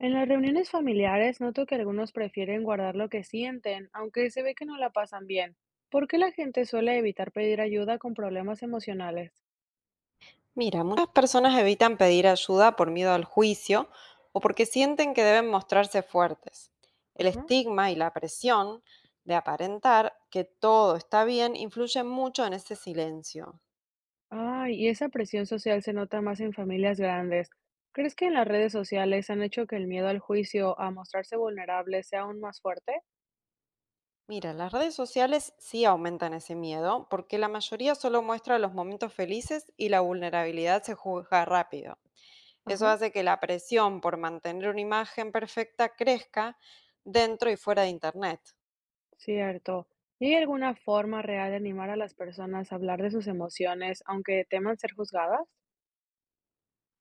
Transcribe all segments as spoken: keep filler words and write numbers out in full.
En las reuniones familiares noto que algunos prefieren guardar lo que sienten, aunque se ve que no la pasan bien. ¿Por qué la gente suele evitar pedir ayuda con problemas emocionales? Mira, muchas personas evitan pedir ayuda por miedo al juicio o porque sienten que deben mostrarse fuertes. El Ajá. estigma y la presión de aparentar que todo está bien influyen mucho en ese silencio. Ay, y esa presión social se nota más en familias grandes. ¿Crees que en las redes sociales han hecho que el miedo al juicio, a mostrarse vulnerable, sea aún más fuerte? Mira, las redes sociales sí aumentan ese miedo porque la mayoría solo muestra los momentos felices y la vulnerabilidad se juzga rápido. Eso Ajá, hace que la presión por mantener una imagen perfecta crezca dentro y fuera de Internet. cierto. ¿Y hay alguna forma real de animar a las personas a hablar de sus emociones, aunque teman ser juzgadas?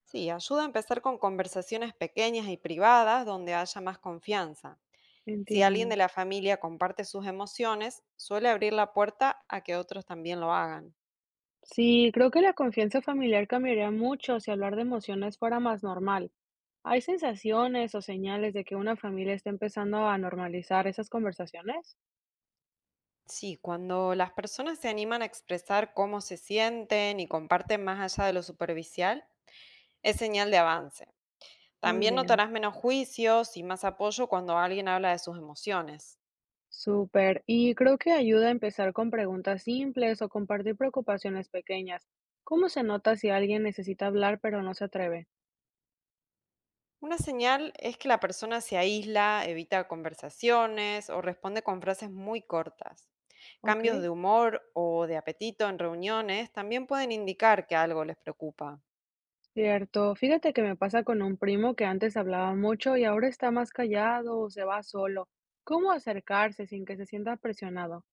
Sí, ayuda a empezar con conversaciones pequeñas y privadas donde haya más confianza. Si alguien Entiendo. de la familia comparte sus emociones, suele abrir la puerta a que otros también lo hagan. Sí, creo que la confianza familiar cambiaría mucho si hablar de emociones fuera más normal. ¿Hay sensaciones o señales de que una familia está empezando a normalizar esas conversaciones? Sí, cuando las personas se animan a expresar cómo se sienten y comparten más allá de lo superficial, es señal de avance. Muy También bien, notarás menos juicios y más apoyo cuando alguien habla de sus emociones. súper. Y creo que ayuda a empezar con preguntas simples o compartir preocupaciones pequeñas. ¿Cómo se nota si alguien necesita hablar pero no se atreve? Una señal es que la persona se aísla, evita conversaciones o responde con frases muy cortas. Ok, Cambios de humor o de apetito en reuniones también pueden indicar que algo les preocupa. cierto. Fíjate que me pasa con un primo que antes hablaba mucho y ahora está más callado o se va solo. ¿Cómo acercarse sin que se sienta presionado?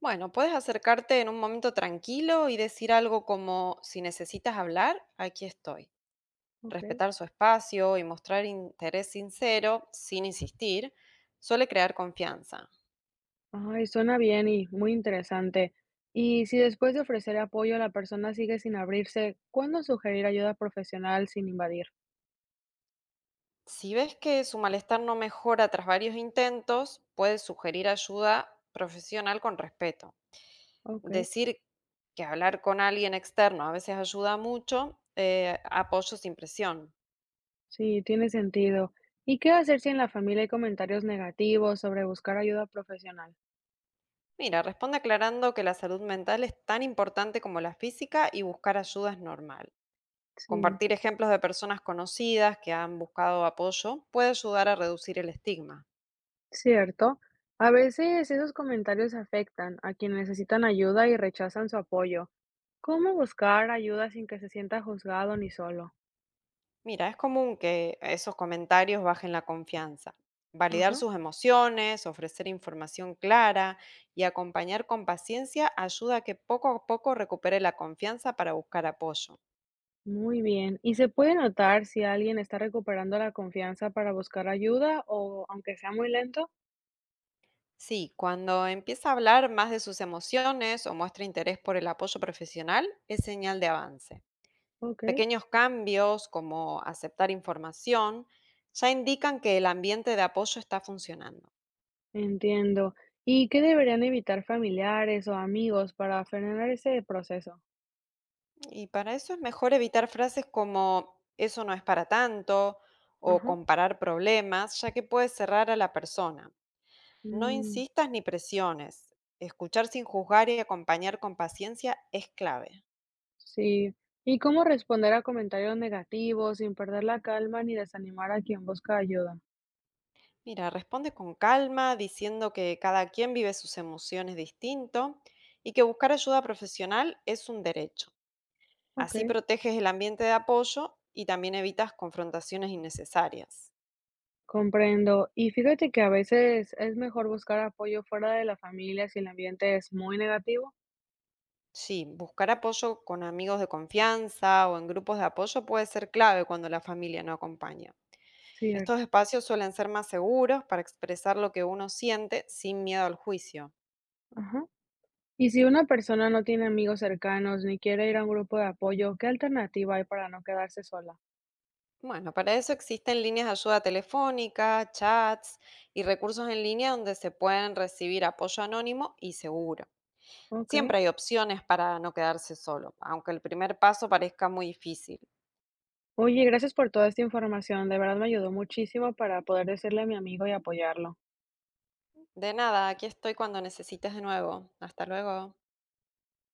Bueno, puedes acercarte en un momento tranquilo y decir algo como, si necesitas hablar, aquí estoy. Ok. Respetar su espacio y mostrar interés sincero, sin insistir, suele crear confianza. Ay, suena bien y muy interesante. Y si después de ofrecer apoyo la persona sigue sin abrirse, ¿cuándo sugerir ayuda profesional sin invadir? Si ves que su malestar no mejora tras varios intentos, puedes sugerir ayuda profesional con respeto. Ok, Decir que hablar con alguien externo a veces ayuda mucho, eh, apoyo sin presión. sí, tiene sentido. ¿Y qué hacer si en la familia hay comentarios negativos sobre buscar ayuda profesional? Mira, responde aclarando que la salud mental es tan importante como la física y buscar ayuda es normal. Sí, Compartir ejemplos de personas conocidas que han buscado apoyo puede ayudar a reducir el estigma. cierto. A veces esos comentarios afectan a quienes necesitan ayuda y rechazan su apoyo. ¿Cómo buscar ayuda sin que se sienta juzgado ni solo? Mira, es común que esos comentarios bajen la confianza. Validar Ajá. sus emociones, ofrecer información clara y acompañar con paciencia ayuda a que poco a poco recupere la confianza para buscar apoyo. Muy bien. ¿Y se puede notar si alguien está recuperando la confianza para buscar ayuda o aunque sea muy lento? Sí, cuando empieza a hablar más de sus emociones o muestra interés por el apoyo profesional, es señal de avance. Ok, Pequeños cambios como aceptar información ya indican que el ambiente de apoyo está funcionando. entiendo. ¿Y qué deberían evitar familiares o amigos para frenar ese proceso? Y para eso es mejor evitar frases como eso no es para tanto o Ajá. comparar problemas, ya que puede cerrar a la persona. No Mm, insistas ni presiones. Escuchar sin juzgar y acompañar con paciencia es clave. sí. ¿Y cómo responder a comentarios negativos sin perder la calma ni desanimar a quien busca ayuda? Mira, responde con calma, diciendo que cada quien vive sus emociones distinto y que buscar ayuda profesional es un derecho. Ok, Así proteges el ambiente de apoyo y también evitas confrontaciones innecesarias. comprendo. Y fíjate que a veces es mejor buscar apoyo fuera de la familia si el ambiente es muy negativo. Sí, buscar apoyo con amigos de confianza o en grupos de apoyo puede ser clave cuando la familia no acompaña. Estos Cierto. espacios suelen ser más seguros para expresar lo que uno siente sin miedo al juicio. Ajá. Y si una persona no tiene amigos cercanos ni quiere ir a un grupo de apoyo, ¿qué alternativa hay para no quedarse sola? Bueno, para eso existen líneas de ayuda telefónica, chats y recursos en línea donde se pueden recibir apoyo anónimo y seguro. Ok. Siempre hay opciones para no quedarse solo, aunque el primer paso parezca muy difícil. Oye, gracias por toda esta información. De verdad me ayudó muchísimo para poder decirle a mi amigo y apoyarlo. De nada, aquí estoy cuando necesites de nuevo. Hasta luego.